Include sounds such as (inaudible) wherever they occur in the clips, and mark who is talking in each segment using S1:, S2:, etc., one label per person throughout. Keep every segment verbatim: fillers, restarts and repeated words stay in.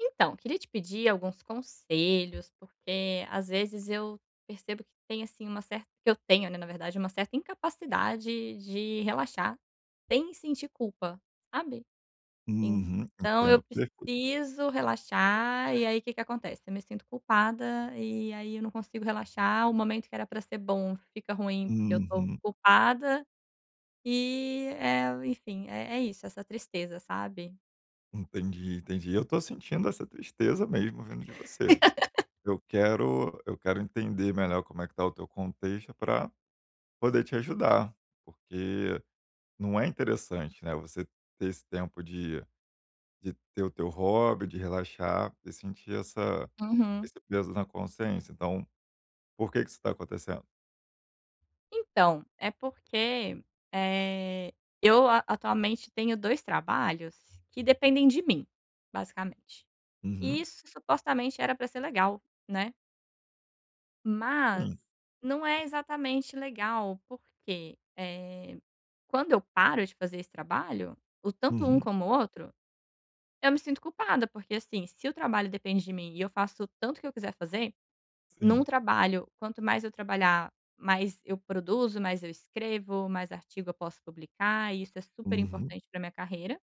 S1: Então, queria te pedir alguns conselhos, porque às vezes eu percebo que tem assim uma certa que eu tenho, né, na verdade, uma certa incapacidade de relaxar sem sentir culpa, sabe?
S2: Uhum,
S1: Então eu
S2: entendo perfeitamente.
S1: preciso relaxar e aí o que que acontece? Eu me sinto culpada e aí eu não consigo relaxar, o momento que era para ser bom fica ruim porque eu tô
S2: Uhum,
S1: culpada e é, enfim, é, é isso, essa tristeza, sabe?
S2: entendi, entendi. Eu tô sentindo essa tristeza mesmo vindo de você. Eu quero eu quero entender melhor como é que tá o teu contexto para poder te ajudar, porque não é interessante, né, você ter esse tempo de de ter o teu hobby, de relaxar e sentir essa
S1: Uhum.
S2: esse peso na consciência. Então, por que que isso tá acontecendo?
S1: Então, é porque, eh, eu a atualmente tenho dois trabalhos que dependem de mim, basicamente. E
S2: Uhum,
S1: isso supostamente era para ser legal, né, mas
S2: sim.
S1: não é exatamente legal, porque, eh, quando eu paro de fazer esse trabalho, o tanto um
S2: Uhum,
S1: como o outro, eu me sinto culpada, porque, assim, se o trabalho depende de mim e eu faço o tanto que eu quiser fazer num
S2: sim.
S1: trabalho, quanto mais eu trabalhar, mais eu produzo, mais eu escrevo, mais artigo eu posso publicar, e isso é super
S2: Uhum,
S1: importante para minha carreira.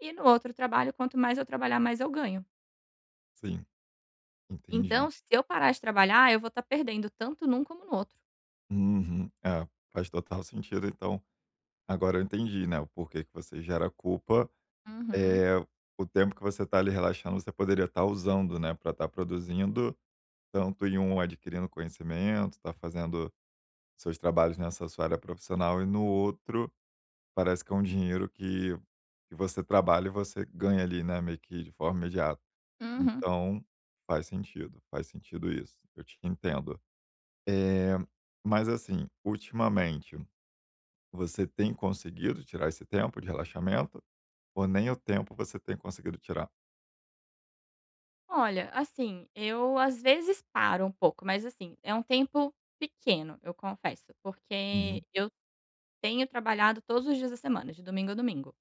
S1: E no outro trabalho, quanto mais eu trabalhar, mais eu ganho.
S2: sim. Entendi.
S1: Então, se eu parar de trabalhar, eu vou estar perdendo tanto num como no outro.
S2: Uhum. É, faz total sentido. Então, agora eu entendi, né, o porquê que você gera culpa.
S1: Uhum,
S2: É o tempo que você está ali relaxando, você poderia estar usando, né, para estar produzindo, tanto em um adquirindo conhecimento, está fazendo seus trabalhos nessa sua área profissional, e no outro, parece que é um dinheiro que que você trabalha e você ganha ali, né, meio que de forma imediata.
S1: uhum.
S2: Então, faz sentido, faz sentido isso. Eu te entendo. É mas assim, ultimamente você tem conseguido tirar esse tempo de relaxamento ou nem o tempo você tem conseguido tirar?
S1: Olha, assim, eu às vezes paro um pouco, mas assim, é um tempo pequeno, eu confesso,
S2: Uhum,
S1: porque eu tenho trabalhado todos os dias da semana, de domingo a domingo.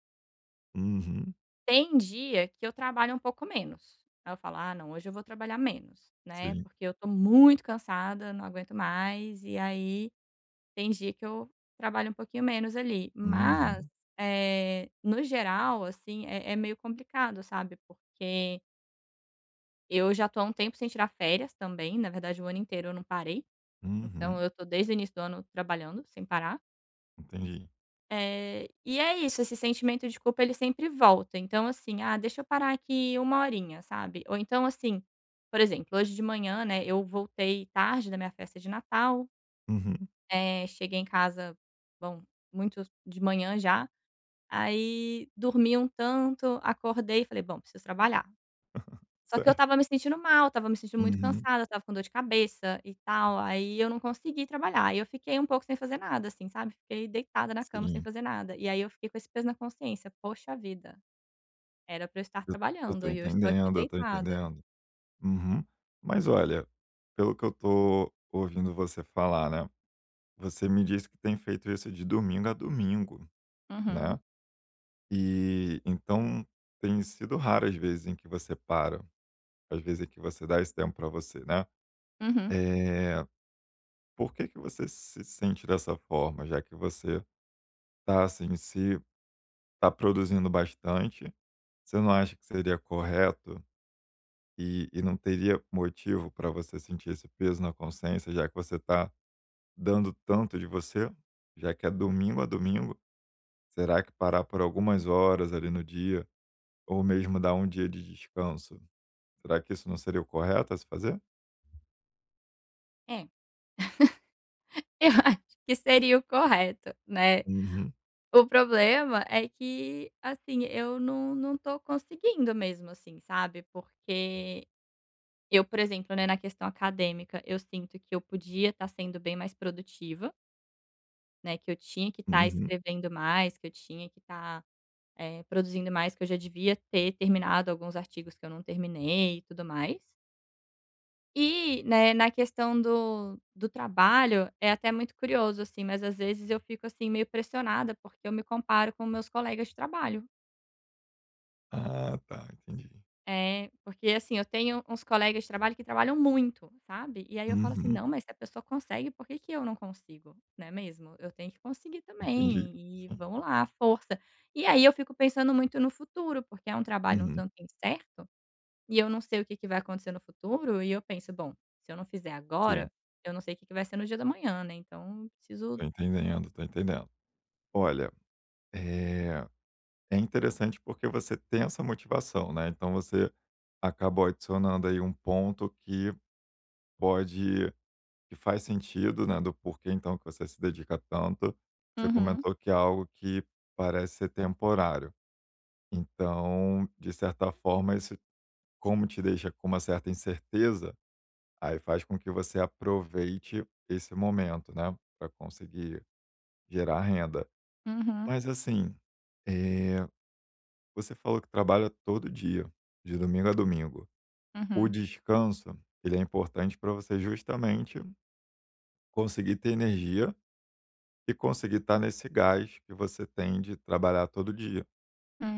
S2: uhum,
S1: Tem dia que eu trabalho um pouco menos. Aí eu falo: "Ah não, hoje eu vou trabalhar menos", né,
S2: sim,
S1: porque eu tô muito cansada, não aguento mais, e aí tem dia que eu trabalho um pouquinho menos ali. Mas,
S2: uhum,
S1: eh, no geral, assim, é é meio complicado, sabe, porque eu já tô há um tempo sem tirar férias também, na verdade o ano inteiro eu não parei,
S2: uhum,
S1: então eu tô desde o início do ano trabalhando sem parar.
S2: entendi.
S1: Eh, e é isso, esse sentimento de culpa ele sempre volta, então assim: "Ah, deixa eu parar aqui uma horinha", sabe. Ou então assim, por exemplo, hoje de manhã, né, eu voltei tarde da minha festa de Natal,
S2: Uhum,
S1: eh, cheguei em casa, bom, muito de manhã já, aí dormi um tanto, acordei e falei: "Bom, preciso trabalhar". Só que eu
S2: certo.
S1: estava me sentindo mal, estava me sentindo muito
S2: Uhum,
S1: cansada, estava com dor de cabeça e tal, aí eu não consegui trabalhar. Aí eu fiquei um pouco sem fazer nada, assim, sabe, fiquei deitada na cama sem
S2: sim,
S1: fazer nada. E aí eu fiquei com esse peso na consciência: "Poxa vida, era pra eu estar
S2: eu eu
S1: trabalhando
S2: estou
S1: e eu estou aqui
S2: entendendo, eu estou
S1: deitada".
S2: entendendo. Uhum. Mas olha, pelo que eu estou ouvindo você falar, né, você me disse que tem feito isso de domingo a domingo,
S1: Uhum,
S2: né, e então tem sido raras as vezes em que você para, as vezes em que você dá esse tempo para você, né.
S1: uhum.
S2: Eh, por que que você se sente dessa forma? Já que você tá, assim, se tá produzindo bastante, você não acha que seria correto e e não teria motivo para você sentir esse peso na consciência, já que você tá dando tanto de você? Já que é domingo a domingo, será que parar por algumas horas ali no dia ou mesmo dar um dia de descanso, será que isso não seria o correto a se fazer?
S1: É, eu (laughs) acho que seria o correto, né.
S2: Uhum,
S1: O problema é que, assim, eu não não tô conseguindo mesmo, assim, sabe, porque eu, por exemplo, né, na questão acadêmica, eu sinto que eu podia estar sendo bem mais produtiva, né, que eu tinha que estar
S2: uhum.
S1: escrevendo mais, que eu tinha que estar, eh, produzindo mais, que eu já devia ter terminado alguns artigos que eu não terminei e tudo mais. E, né, na questão do do trabalho, é até muito curioso, assim, mas às vezes eu fico, assim, meio pressionada, porque eu me comparo com meus colegas de trabalho.
S2: Ah, tá, entendi.
S1: É, porque assim, eu tenho uns colegas de trabalho que trabalham muito, sabe. E aí eu falo assim:
S2: Uhum,
S1: "Não, mas se a pessoa consegue, por que que eu não consigo?", não é mesmo? Eu tenho que conseguir
S2: entendi,
S1: também e
S2: sim.
S1: vamos lá, força. E aí eu fico pensando muito no futuro, porque é um trabalho um
S2: Uhum.
S1: tanto incerto, e eu não sei o que que vai acontecer no futuro, e eu penso: "Bom, se eu não fizer
S2: Sim,
S1: agora, eu não sei o que que vai ser no dia da manhã, né, então eu preciso".
S2: tô entendendo, tô entendendo. Olha, é é interessante porque você tem essa motivação, né, então você acabou adicionando aí um ponto que pode que faz sentido, né, do porquê então que você se dedica tanto. Você
S1: Uhum,
S2: comentou que é algo que parece ser temporário, então, de certa forma, isso como te deixa com uma certa incerteza, aí faz com que você aproveite esse momento, né, para conseguir gerar renda.
S1: uhum,
S2: Mas assim, eh, você falou que trabalha todo dia, de domingo a domingo. O
S1: uhum.
S2: descanso, ele é importante para você justamente conseguir ter energia e conseguir estar nesse gás que você tem de trabalhar todo dia.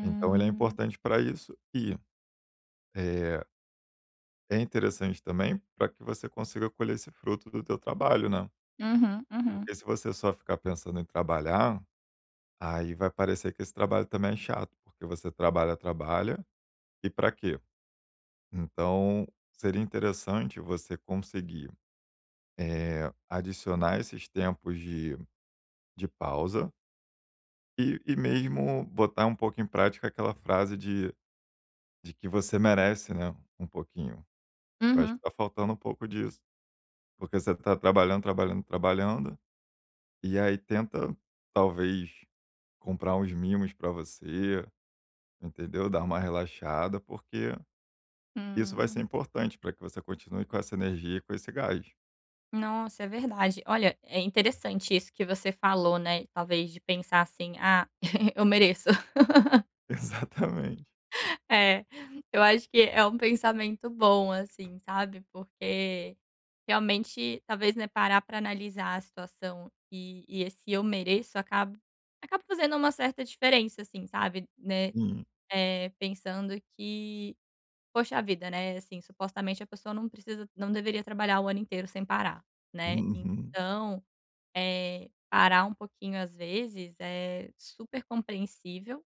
S2: Então ele é importante para isso e, eh, é interessante também para que você consiga colher esse fruto do teu trabalho, né.
S1: Uhum, uhum.
S2: Porque se você só ficar pensando em trabalhar, aí vai parecer que esse trabalho também é chato, porque você trabalha, trabalha, e para quê? Então, seria interessante você conseguir, eh, adicionar esses tempos de de pausa e e mesmo botar um pouco em prática aquela frase de de que você merece, né, um pouquinho. Eu acho que
S1: Uhum.
S2: tá faltando um pouco disso, porque você tá trabalhando, trabalhando, trabalhando, e aí tenta, talvez, comprar uns mimos para você, entendeu, dar uma relaxada, porque isso vai ser
S1: Hum.
S2: importante para que você continue com essa energia e com esse gás.
S1: Nossa, é verdade. Olha, é interessante isso que você falou, né, talvez de pensar assim: "Ah, (laughs) eu mereço". (laughs)
S2: (laughs) Exatamente.
S1: É, eu acho que é um pensamento bom, assim, sabe, porque realmente talvez, né, parar para analisar a situação e e esse "eu mereço" acaba acaba fazendo uma certa diferença, assim, sabe, né,
S2: Sim.
S1: eh, pensando que, poxa vida, né, assim, supostamente a pessoa não precisa não deveria trabalhar o ano inteiro sem parar, né,
S2: Uhum,
S1: então Eh, parar um pouquinho às vezes é super compreensível,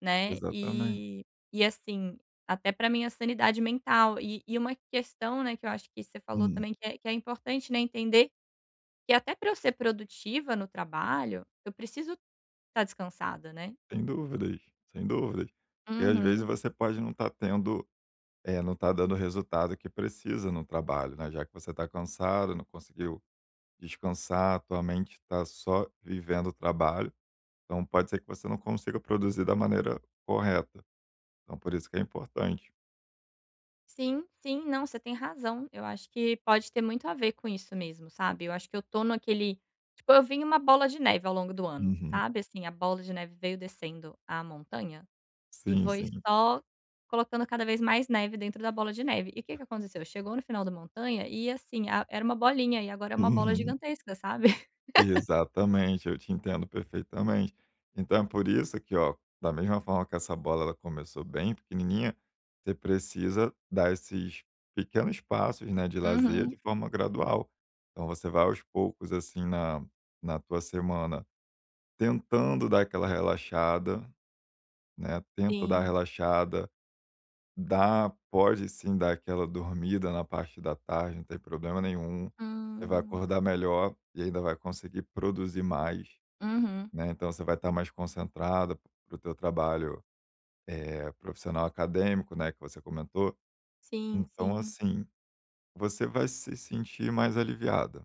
S1: né,
S2: exatamente.
S1: e e assim, até para minha sanidade mental. E e uma questão, né, que eu acho que você falou
S2: Hum,
S1: também que é que é importante, né, entender que até para eu ser produtiva no trabalho, eu preciso estar descansada, né.
S2: sem dúvidas, sem dúvidas. E às vezes
S1: Uhum.
S2: você pode não estar tendo, é não tá dando o resultado que precisa no trabalho, né, já que você está cansado, não conseguiu descansar, tua mente está só vivendo o trabalho, então pode ser que você não consiga produzir da maneira correta. Então por isso que é importante.
S1: Sim, sim, não, você tem razão. Eu acho que pode ter muito a ver com isso mesmo, sabe. Eu acho que eu tô naquele tipo, eu vim uma bola de neve ao longo do ano,
S2: Uhum.
S1: sabe, assim, a bola de neve veio descendo a montanha e
S2: Sim,
S1: foi
S2: sim.
S1: só colocando cada vez mais neve dentro da bola de neve. E o que que aconteceu? Chegou no final da montanha e, assim, a era uma bolinha e agora é uma bola
S2: Uhum.
S1: gigantesca, sabe.
S2: Exatamente, eu te entendo perfeitamente. Então é por isso que, ó, da mesma forma que essa bola ela começou bem pequenininha, você precisa dar esses pequenos passos, né, de lazer de
S1: Uhum.
S2: forma gradual. Então você vai aos poucos assim na na tua semana, tentando dar aquela relaxada, né?
S1: (laughs)
S2: Tenta dar
S1: Sim.
S2: relaxada, dá, pode sim dar aquela dormida na parte da tarde, não tem problema nenhum. Você vai
S1: Hum.
S2: acordar melhor e ainda vai conseguir produzir mais,
S1: Uhum.
S2: né? Então você vai estar mais concentrada para o teu trabalho, eh, profissional acadêmico, né, que você comentou.
S1: Sim,
S2: Então,
S1: sim.
S2: assim, você vai se sentir mais aliviada,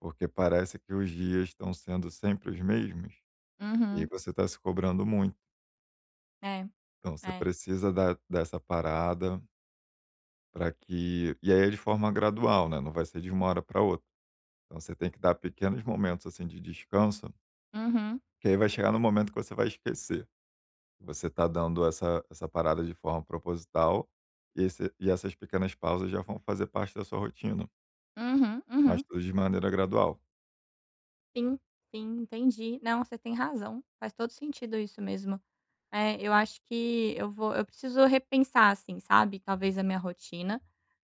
S2: porque parece que os dias estão sendo sempre os mesmos e aí
S1: Uhum.
S2: você está se cobrando muito.
S1: É,
S2: Então você
S1: é.
S2: precisa dar dessa parada para que e aí é de forma gradual, né, não vai ser de uma hora para outra. Então você tem que dar pequenos momentos, assim, de descanso,
S1: Uhum,
S2: que aí vai chegar no momento que você vai esquecer. Você está dando essa essa parada de forma proposital, e esse e essas pequenas pausas já vão fazer parte da sua rotina,
S1: uhum,
S2: mas
S1: uhum.
S2: tudo de maneira gradual.
S1: Sim, sim, entendi. Não, você tem razão. Faz todo sentido isso mesmo. É, eu acho que eu vou eu preciso repensar, assim, sabe, talvez a minha rotina,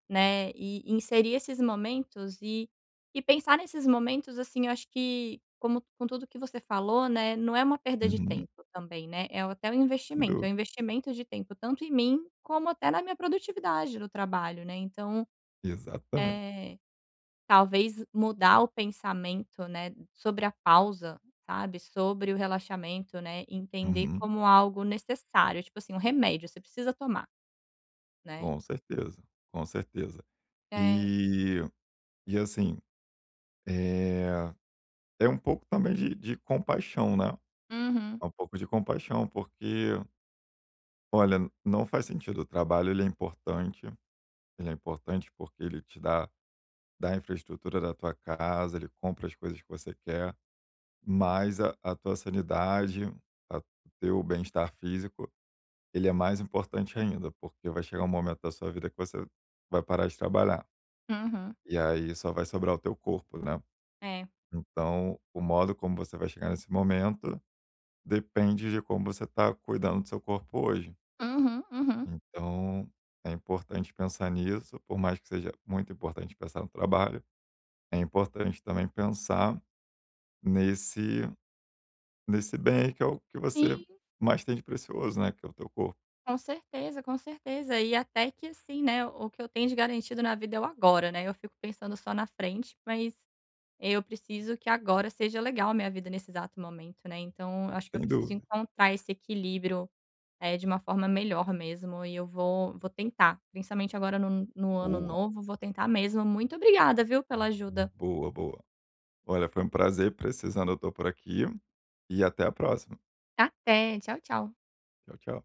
S1: né, e inserir esses momentos e e pensar nesses momentos, assim, eu acho que como com tudo que você falou, né, não é uma perda de
S2: Uhum,
S1: tempo também, né, é até um
S2: sem
S1: investimento, é um
S2: dúvida.
S1: investimento de tempo tanto em mim como até na minha produtividade no trabalho, né, então,
S2: Exatamente.
S1: eh talvez mudar o pensamento, né, sobre a pausa, sabe, sobre o relaxamento, né, entender
S2: Uhum,
S1: como algo necessário, tipo assim, um remédio, você precisa tomar, né.
S2: com certeza, com certeza.
S1: É.
S2: E e assim, é é um pouco também de de compaixão, né,
S1: Uhum,
S2: é um pouco de compaixão, porque, olha, não faz sentido, o trabalho ele é importante, ele é importante porque ele te dá dá a infraestrutura da tua casa, ele compra as coisas que você quer. Mas a a tua sanidade, a o teu bem-estar físico, ele é mais importante ainda, porque vai chegar um momento da sua vida que você vai parar de trabalhar,
S1: uhum.
S2: e aí só vai sobrar o teu corpo, né.
S1: É.
S2: Então, o modo como você vai chegar nesse momento depende de como você está cuidando do seu corpo hoje.
S1: Uhum, uhum.
S2: Então, é importante pensar nisso, por mais que seja muito importante pensar no trabalho, é importante também pensar nesse nesse bem aí que é o que você
S1: Sim,
S2: mais tem de precioso, né, que é o teu corpo,
S1: com certeza, com certeza. E até que assim, né, o que eu tenho de garantido na vida é o agora, né, eu fico pensando só na frente, mas eu preciso que agora seja legal a minha vida nesse exato momento, né, então eu acho que eu
S2: sem
S1: preciso
S2: dúvida.
S1: encontrar esse equilíbrio. É, de uma forma melhor mesmo e eu vou vou tentar, principalmente agora no no ano
S2: Boa,
S1: novo, vou tentar mesmo. Muito obrigada, viu, pela ajuda.
S2: boa, boa. Olha, foi um prazer, precisando eu estou por aqui, e até a próxima.
S1: Até, tchau, tchau.
S2: Tchau, tchau.